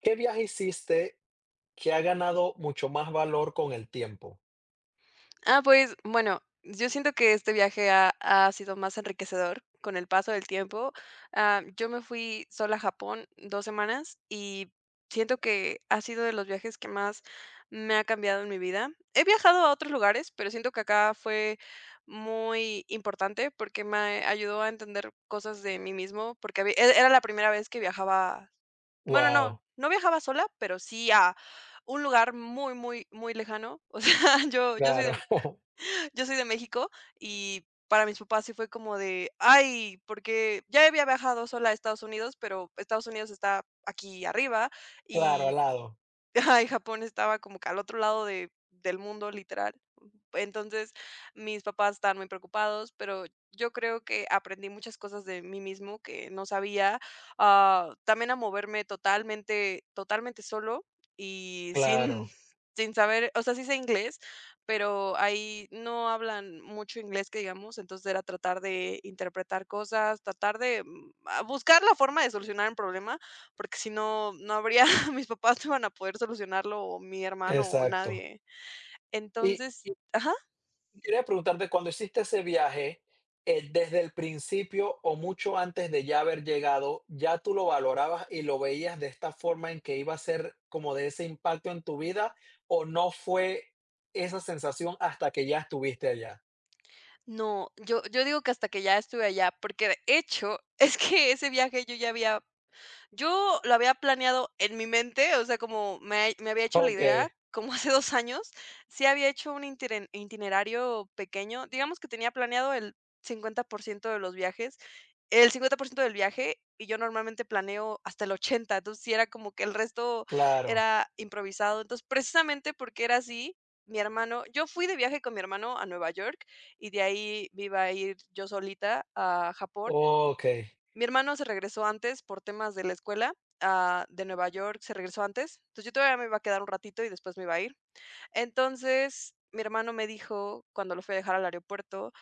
¿Qué viaje hiciste que ha ganado mucho más valor con el tiempo? Pues, bueno, yo siento que este viaje ha sido más enriquecedor con el paso del tiempo. Yo me fui sola a Japón 2 semanas y siento que ha sido de los viajes que más me ha cambiado en mi vida. He viajado a otros lugares, pero siento que acá fue muy importante porque me ayudó a entender cosas de mí mismo, porque habí e era la primera vez que viajaba, bueno, no, Wow, no viajaba sola, pero sí a un lugar muy, muy, muy lejano. O sea, claro, yo soy de México, y para mis papás sí fue como de, ay, porque ya había viajado sola a Estados Unidos, pero Estados Unidos está aquí arriba claro, al y lado, ajá, y Japón estaba como que al otro lado de del mundo, literal. Entonces, mis papás estaban muy preocupados, pero yo creo que aprendí muchas cosas de mí mismo que no sabía. También a moverme totalmente totalmente solo y sin claro, sin saber. O sea, sí sé inglés, pero ahí no hablan mucho inglés, que digamos. Entonces era tratar de interpretar cosas, tratar de, buscar la forma de solucionar un problema, porque si no, no habría mis papás no van a poder solucionarlo, o mi hermano, o exacto. nadie. Y Entonces, ajá, y quería preguntarte, cuando hiciste ese viaje, desde el principio o mucho antes de ya haber llegado, ¿ya tú lo valorabas y lo veías de esta forma en que iba a ser como de ese impacto en tu vida, o no fue esa sensación hasta que ya estuviste allá? no, yo digo que hasta que ya estuve allá, porque de hecho, es que ese viaje yo lo había planeado en mi mente. O sea, como me había hecho la Okey, idea, como hace 2 años, sí había hecho un itinen itinerario pequeño. Digamos que tenía planeado el 50% de los viajes, el 50% del viaje, y yo normalmente planeo hasta el 80. Entonces sí era como que el resto claro. era improvisado. Entonces, precisamente porque era así, mi hermano yo fui de viaje con mi hermano a Nueva York, y de ahí me iba a ir yo solita a Japón. Okey, Mi hermano se regresó antes por temas de la escuela, de Nueva York, se regresó antes. Entonces, yo todavía me iba a quedar un ratito y después me iba a ir. Entonces, mi hermano me dijo, cuando lo fui a dejar al aeropuerto,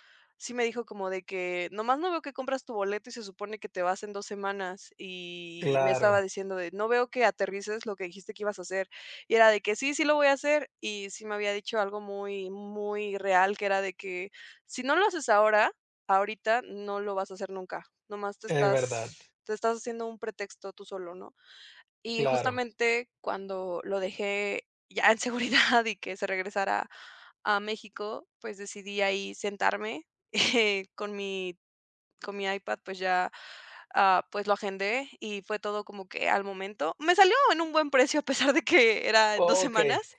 sí me dijo como de que nomás no veo que compras tu boleto y se supone que te vas en 2 semanas. Y me estaba claro, diciendo de, no veo que aterrices lo que dijiste que ibas a hacer. Y era de que sí, sí lo voy a hacer, y sí me había dicho algo muy, muy real, que era de que si no lo haces ahora, ahorita, no lo vas a hacer nunca. Nomás te es verdad, estás te estás haciendo un pretexto tú solo, ¿no? Y claro. justamente cuando lo dejé ya en seguridad y que se regresara a México, pues decidí ahí sentarme. Con mi iPad, pues ya, pues lo agendé y fue todo como que al momento. Me salió en un buen precio a pesar de que era en 2 Okey, semanas.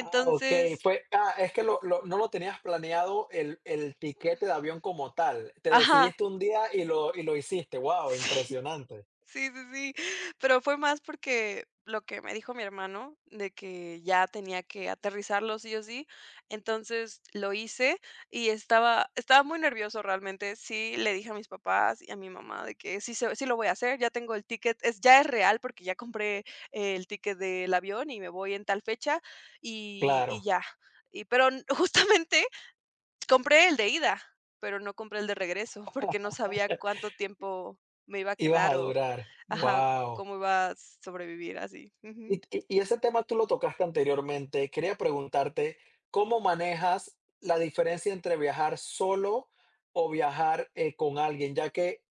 ah, okey, fue ah, es que lo no lo tenías planeado el tiquete de avión como tal, te ajá, decidiste un día y lo hiciste. Wow, sí. impresionante. Sí, sí, sí. Pero fue más porque lo que me dijo mi hermano de que ya tenía que aterrizarlo sí o sí. Entonces lo hice y estaba muy nervioso realmente. Sí, le dije a mis papás y a mi mamá de que sí lo voy a hacer, ya tengo el ticket, es ya es real porque ya compré el ticket del avión y me voy en tal fecha y Claro, ya. Y pero n Justamente compré el de ida, pero no compré el de regreso, porque no sabía cuánto tiempo me iba a ibas quedar a o durar. ajá, Wow. cómo iba a sobrevivir así. Ujú. Y ese tema tú lo tocaste anteriormente, quería preguntarte, ¿cómo manejas la diferencia entre viajar solo o viajar, con alguien? Ya que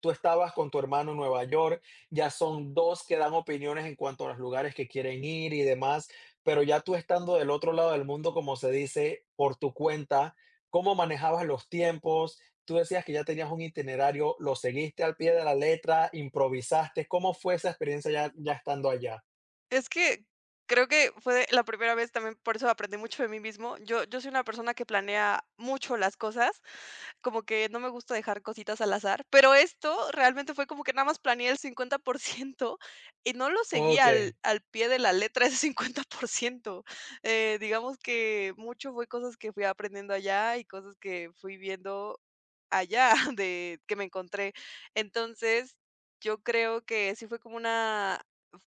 tú estabas con tu hermano en Nueva York, ya son 2 que dan opiniones en cuanto a los lugares que quieren ir y demás, pero ya tú estando del otro lado del mundo, como se dice, por tu cuenta, ¿cómo manejabas los tiempos? Tú decías que ya tenías un itinerario, ¿lo seguiste al pie de la letra, improvisaste? ¿Cómo fue esa experiencia ya estando allá? Es que creo que fue la primera vez también, por eso aprendí mucho de mí mismo. Yo soy una persona que planea mucho las cosas, como que no me gusta dejar cositas al azar, pero esto realmente fue como que nada más planeé el 50% y no lo seguí al Okey, al pie de la letra ese 50%. Digamos que mucho fue cosas que fui aprendiendo allá y cosas que fui viendo allá de que me encontré. Entonces, yo creo que sí fue como una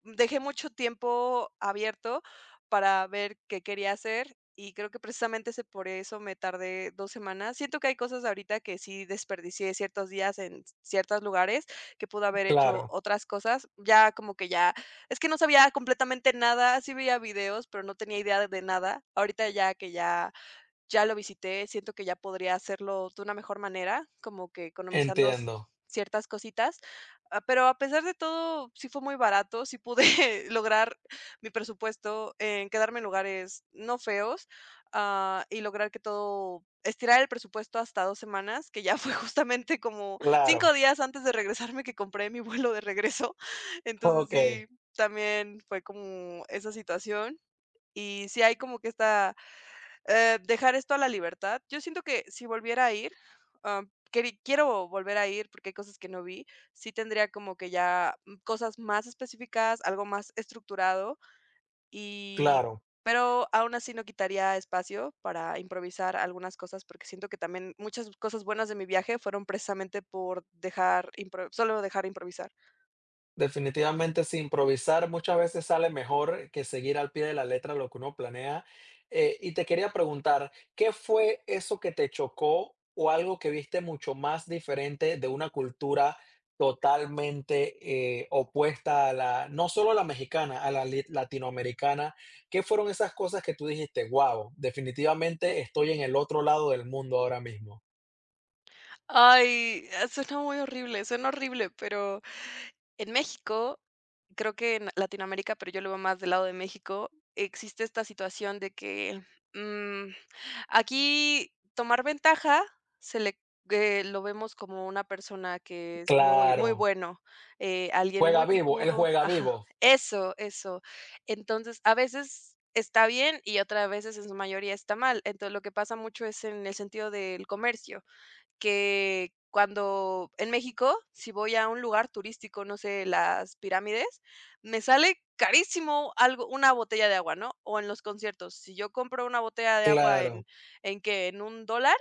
dejé mucho tiempo abierto para ver qué quería hacer. Y creo que precisamente ese por eso me tardé 2 semanas. Siento que hay cosas ahorita que sí desperdicié ciertos días en ciertos lugares, que pude haber hecho claro, otras cosas. Ya como que ya es que no sabía completamente nada, sí veía videos, pero no tenía idea de nada. Ahorita ya que ya lo visité, siento que ya podría hacerlo de una mejor manera, como que economizando s entiendo, ciertas cositas. Pero a pesar de todo, sí fue muy barato, sí pude lograr mi presupuesto en quedarme en lugares no feos, y lograr que todo estirar el presupuesto hasta 2 semanas, que ya fue justamente como 5 claro, días antes de regresarme que compré mi vuelo de regreso. Entonces sí, okey, también fue como esa situación. Y sí hay como que esta dejar esto a la libertad. Yo siento que si volviera a ir, am, queri quiero volver a ir porque hay cosas que no vi. Sí tendría como que ya, cosas más específicas, algo más estructurado, y claro. pero aún así no quitaría espacio para improvisar algunas cosas, porque siento que también muchas cosas buenas de mi viaje fueron precisamente por dejar impro solo dejar improvisar. Definitivamente, sí, improvisar muchas veces sale mejor que seguir al pie de la letra lo que uno planea. Y te quería preguntar, ¿qué fue eso que te chocó o algo que viste mucho más diferente de una cultura totalmente opuesta a la, no solo a la mexicana, a la latinoamericana? ¿Qué fueron esas cosas que tú dijiste, wow, definitivamente estoy en el otro lado del mundo ahora mismo? Ay, ah, suena muy horrible, suena horrible, pero en México, creo que en Latinoamérica, pero yo lo veo más del lado de México, existe esta situación de que mm, aquí tomar ventaja se le lo vemos como una persona que es muy, muy Claro, bueno, alguien muy juega vivo, él picudo, juega ajá, vivo, eso, eso. Entonces, a veces está bien y otras veces en su mayoría está mal. Entonces, lo que pasa mucho es en el sentido del comercio, que cuando en México, si voy a un lugar turístico, no sé, las pirámides, me sale carísimo algo, una botella de agua, ¿no? O en los conciertos, si yo compro una botella de agua claro, ¿en que ¿en 1 dólar,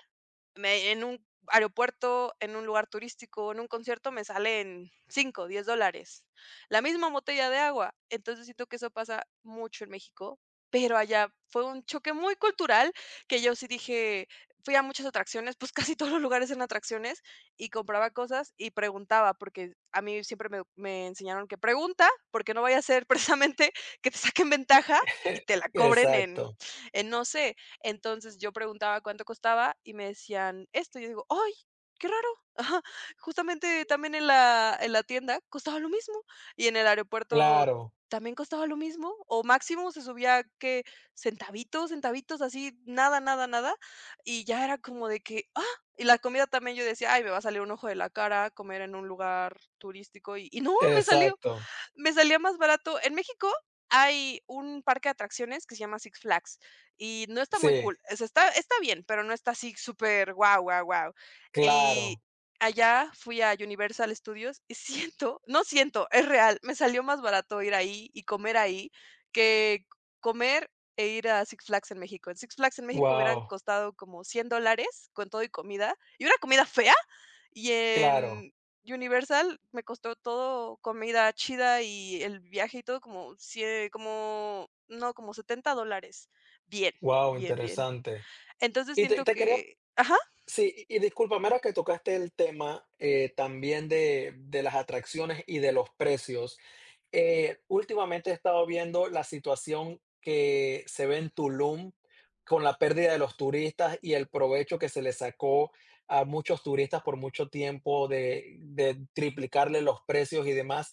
me, en un aeropuerto, en un lugar turístico, en un concierto, me salen 5, 10 dólares la misma botella de agua? Entonces, siento que eso pasa mucho en México, pero allá fue un choque muy cultural, que yo sí dije, fui a muchas atracciones, pues, casi todos los lugares eran atracciones, y compraba cosas y preguntaba, porque a mí siempre me enseñaron que pregunta, porque no vaya a ser precisamente que te saquen ventaja y te la cobren en exacto. No sé. Entonces, yo preguntaba cuánto costaba y me decían esto, yo digo: "Ay, qué raro". Ajá, justamente también en la tienda costaba lo mismo, y en el aeropuerto Claro, también costaba lo mismo, o máximo se subía, ¿qué?, centavitos, centavitos, así, nada, nada, nada, y ya era como de que, ah, y la comida también yo decía: "Ay, me va a salir un ojo de la cara comer en un lugar turístico", y no, me salió. exacto. Me salía más barato. En México hay un parque de atracciones que se llama Six Flags y no está muy Sí, cool. O sea, está bien, pero no está así súper guau, guau, guau. Y claro. allá fui a Universal Studios y siento, no siento, es real, me salió más barato ir ahí y comer ahí que comer e ir a Six Flags en México. En Six Flags en México hubieran Wow, costado como 100 dólares con todo y comida, y una comida fea, y claro. en Universal me costó todo comida chida y el viaje y todo como sie como no, como 70 dólares. Bien, Wow, bien, bien. interesante. Entonces Y te siento te quería. que ajá, Sí, y discúlpame, ahora que tocaste el tema, también de las atracciones y de los precios. Últimamente he estado viendo la situación que se ve en Tulum con la pérdida de los turistas y el provecho que se le sacó a muchos turistas por mucho tiempo de triplicarle los precios y demás.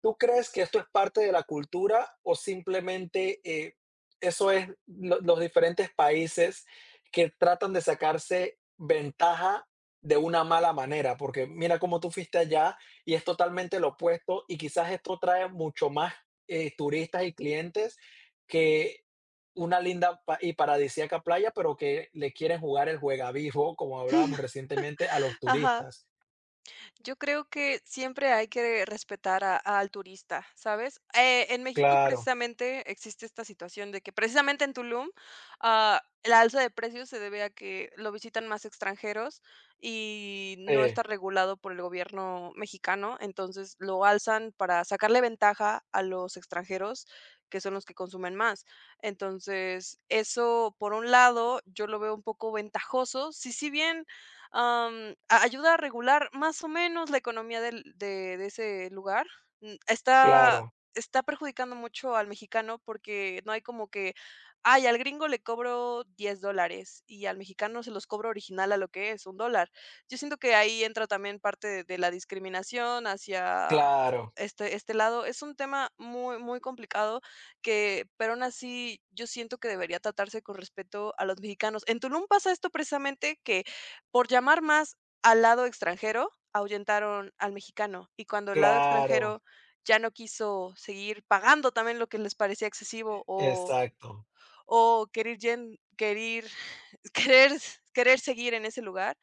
¿Tú crees que esto es parte de la cultura o simplemente, eso es los diferentes países que tratan de sacarse ventaja de una mala manera, porque mira cómo tú fuiste allá y es totalmente lo opuesto y quizás esto trae mucho más, turistas y clientes que una linda pa y paradisíaca playa, pero que le quieren jugar el juegavivo, como hablábamos recientemente, a los ajá. turistas? Yo creo que siempre hay que respetar a- al turista, ¿sabes? En México Claro, precisamente existe esta situación de que precisamente en Tulum la alza de precios se debe a que lo visitan más extranjeros y no está eh, regulado por el gobierno mexicano, entonces lo alzan para sacarle ventaja a los extranjeros que son los que consumen más. Entonces, eso por un lado yo lo veo un poco ventajoso, si bien Am, a ayuda a regular más o menos la economía del de ese lugar. Mm, está claro, está perjudicando mucho al mexicano porque no hay como que, ay, al gringo le cobro 10 dólares y al mexicano se los cobro original a lo que es, 1 dólar. Yo siento que ahí entra también parte de la discriminación hacia claro, este lado. Es un tema muy, muy complicado, que pero aún así yo siento que debería tratarse con respeto a los mexicanos. En Tulum pasa esto precisamente que por llamar más al lado extranjero, ahuyentaron al mexicano, y cuando el lado claro, extranjero ya no quiso seguir pagando también lo que les parecía excesivo exacto, o querer yen querir querer querer seguir en ese lugar,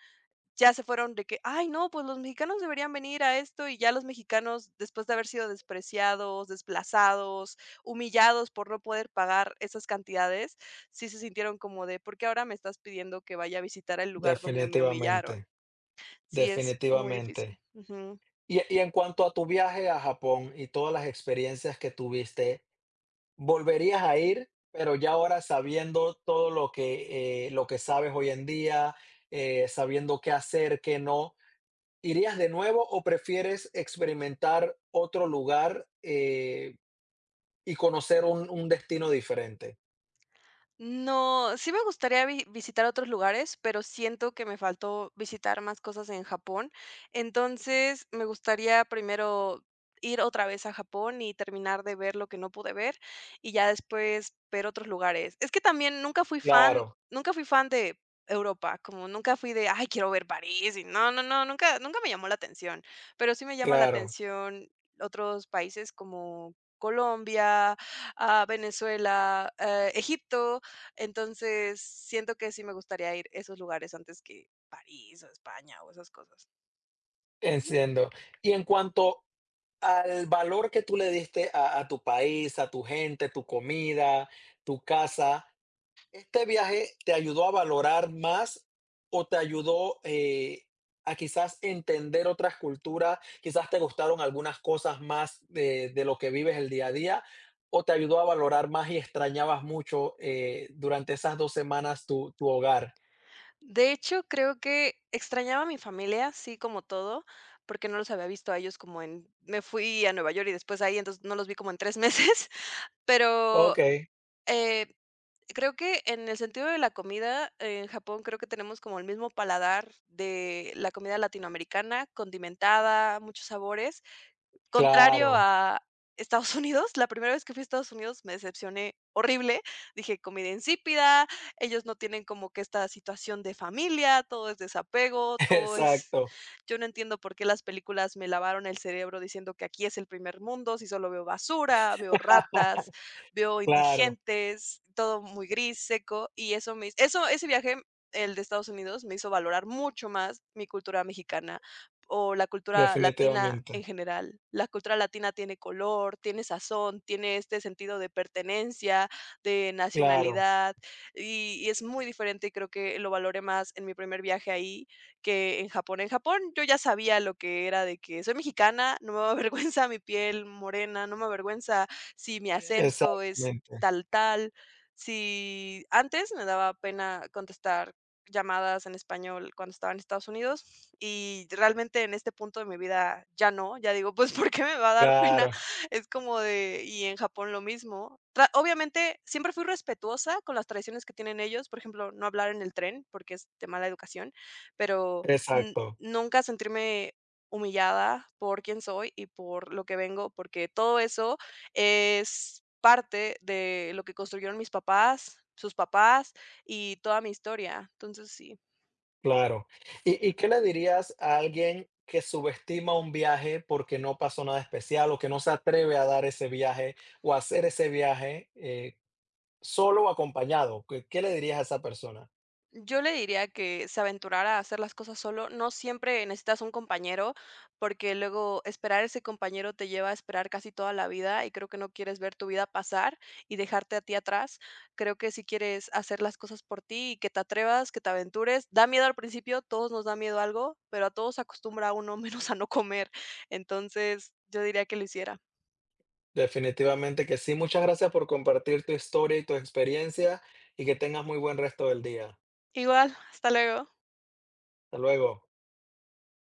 ya se fueron de que: "Ay, no, pues los mexicanos deberían venir a esto", y ya los mexicanos, después de haber sido despreciados, desplazados, humillados por no poder pagar esas cantidades, sí se sintieron como de: "¿Por qué ahora me estás pidiendo que vaya a visitar el lugar donde me humillaron?". definitivamente, Sí, es muy difícil. definitivamente. Ujú. Y en cuanto a tu viaje a Japón y todas las experiencias que tuviste, ¿volverías a ir? Pero ya ahora sabiendo todo lo que sabes hoy en día, sabiendo qué hacer, qué no, ¿irías de nuevo o prefieres experimentar otro lugar, y conocer un destino diferente? No, sí me gustaría visitar otros lugares, pero siento que me faltó visitar más cosas en Japón. Entonces, me gustaría primero ir otra vez a Japón y terminar de ver lo que no pude ver y ya después ver otros lugares. Es que también nunca fui fan, Claro, nunca fui fan de Europa, como nunca fui de, ay, quiero ver París y no, no, no, nunca, nunca me llamó la atención, pero sí me llama la claro, atención otros países como Colombia, a Venezuela, Egipto. Entonces, siento que sí me gustaría ir a esos lugares antes que París o España o esas cosas. Ujú. entiendo. Y en cuanto al valor que tú le diste a tu país, a tu gente, tu comida, tu casa. ¿Este viaje te ayudó a valorar más o te ayudó, a quizás entender otras culturas? Quizás te gustaron algunas cosas más de lo que vives el día a día, o te ayudó a valorar más y extrañabas mucho, durante esas dos semanas tu hogar. De hecho, creo que extrañaba a mi familia, sí, como todo, porque no los había visto a ellos como en me fui a Nueva York y después ahí, entonces no los vi como en 3 meses, pero, Okey, eh, creo que en el sentido de la comida, en Japón creo que tenemos como el mismo paladar de la comida latinoamericana, condimentada, muchos sabores, contrario claro, a Estados Unidos. La primera vez que fui a Estados Unidos me decepcioné horrible. Dije: "Comida insípida, ellos no tienen como que esta situación de familia, todo es desapego, todo es". exacto, Yo no entiendo por qué las películas me lavaron el cerebro diciendo que aquí es el primer mundo, si solo veo basura, veo ratas, veo claro, indigentes, todo muy gris, seco, y eso me eso ese viaje, el de Estados Unidos, me hizo valorar mucho más mi cultura mexicana o la cultura latina en definitivamente, general. La cultura latina tiene color, tiene sazón, tiene este sentido de pertenencia, de claro, nacionalidad, y es muy diferente, y creo que lo valoré más en mi primer viaje ahí que en Japón. En Japón yo ya sabía lo que era de que soy mexicana, no me avergüenza mi piel morena, no me avergüenza si mi acento es exactamente, tal, tal. Si antes me daba pena contestar llamadas en español cuando estaba en Estados Unidos, y realmente en este punto de mi vida ya no, ya digo, pues, ¿por qué me va a dar pena? claro, Es como de y en Japón lo mismo. Tra Obviamente, siempre fui respetuosa con las tradiciones que tienen ellos, por ejemplo, no hablar en el tren, porque es de mala educación, pero n exacto. nunca sentirme humillada por quién soy y por lo que vengo, porque todo eso es parte de lo que construyeron mis papás, sus papás, y toda mi historia. Entonces, sí, Claro. ¿Y qué le dirías a alguien que subestima un viaje porque no pasó nada especial o que no se atreve a dar ese viaje o a hacer ese viaje, solo o acompañado? ¿Qué qué le dirías a esa persona? yo le diría que se aventurara a hacer las cosas solo. No siempre necesitas un compañero, porque luego esperar ese compañero te lleva a esperar casi toda la vida y creo que no quieres ver tu vida pasar y dejarte a ti atrás. Creo que si quieres hacer las cosas por ti y que te atrevas, que te aventures, da miedo al principio, todos nos da miedo algo, pero a todos acostumbra uno menos a no comer. Entonces, yo diría que lo hiciera. Definitivamente que sí. Muchas gracias por compartir tu historia y tu experiencia, y que tengas muy buen resto del día. Igual, hasta luego. Hasta luego.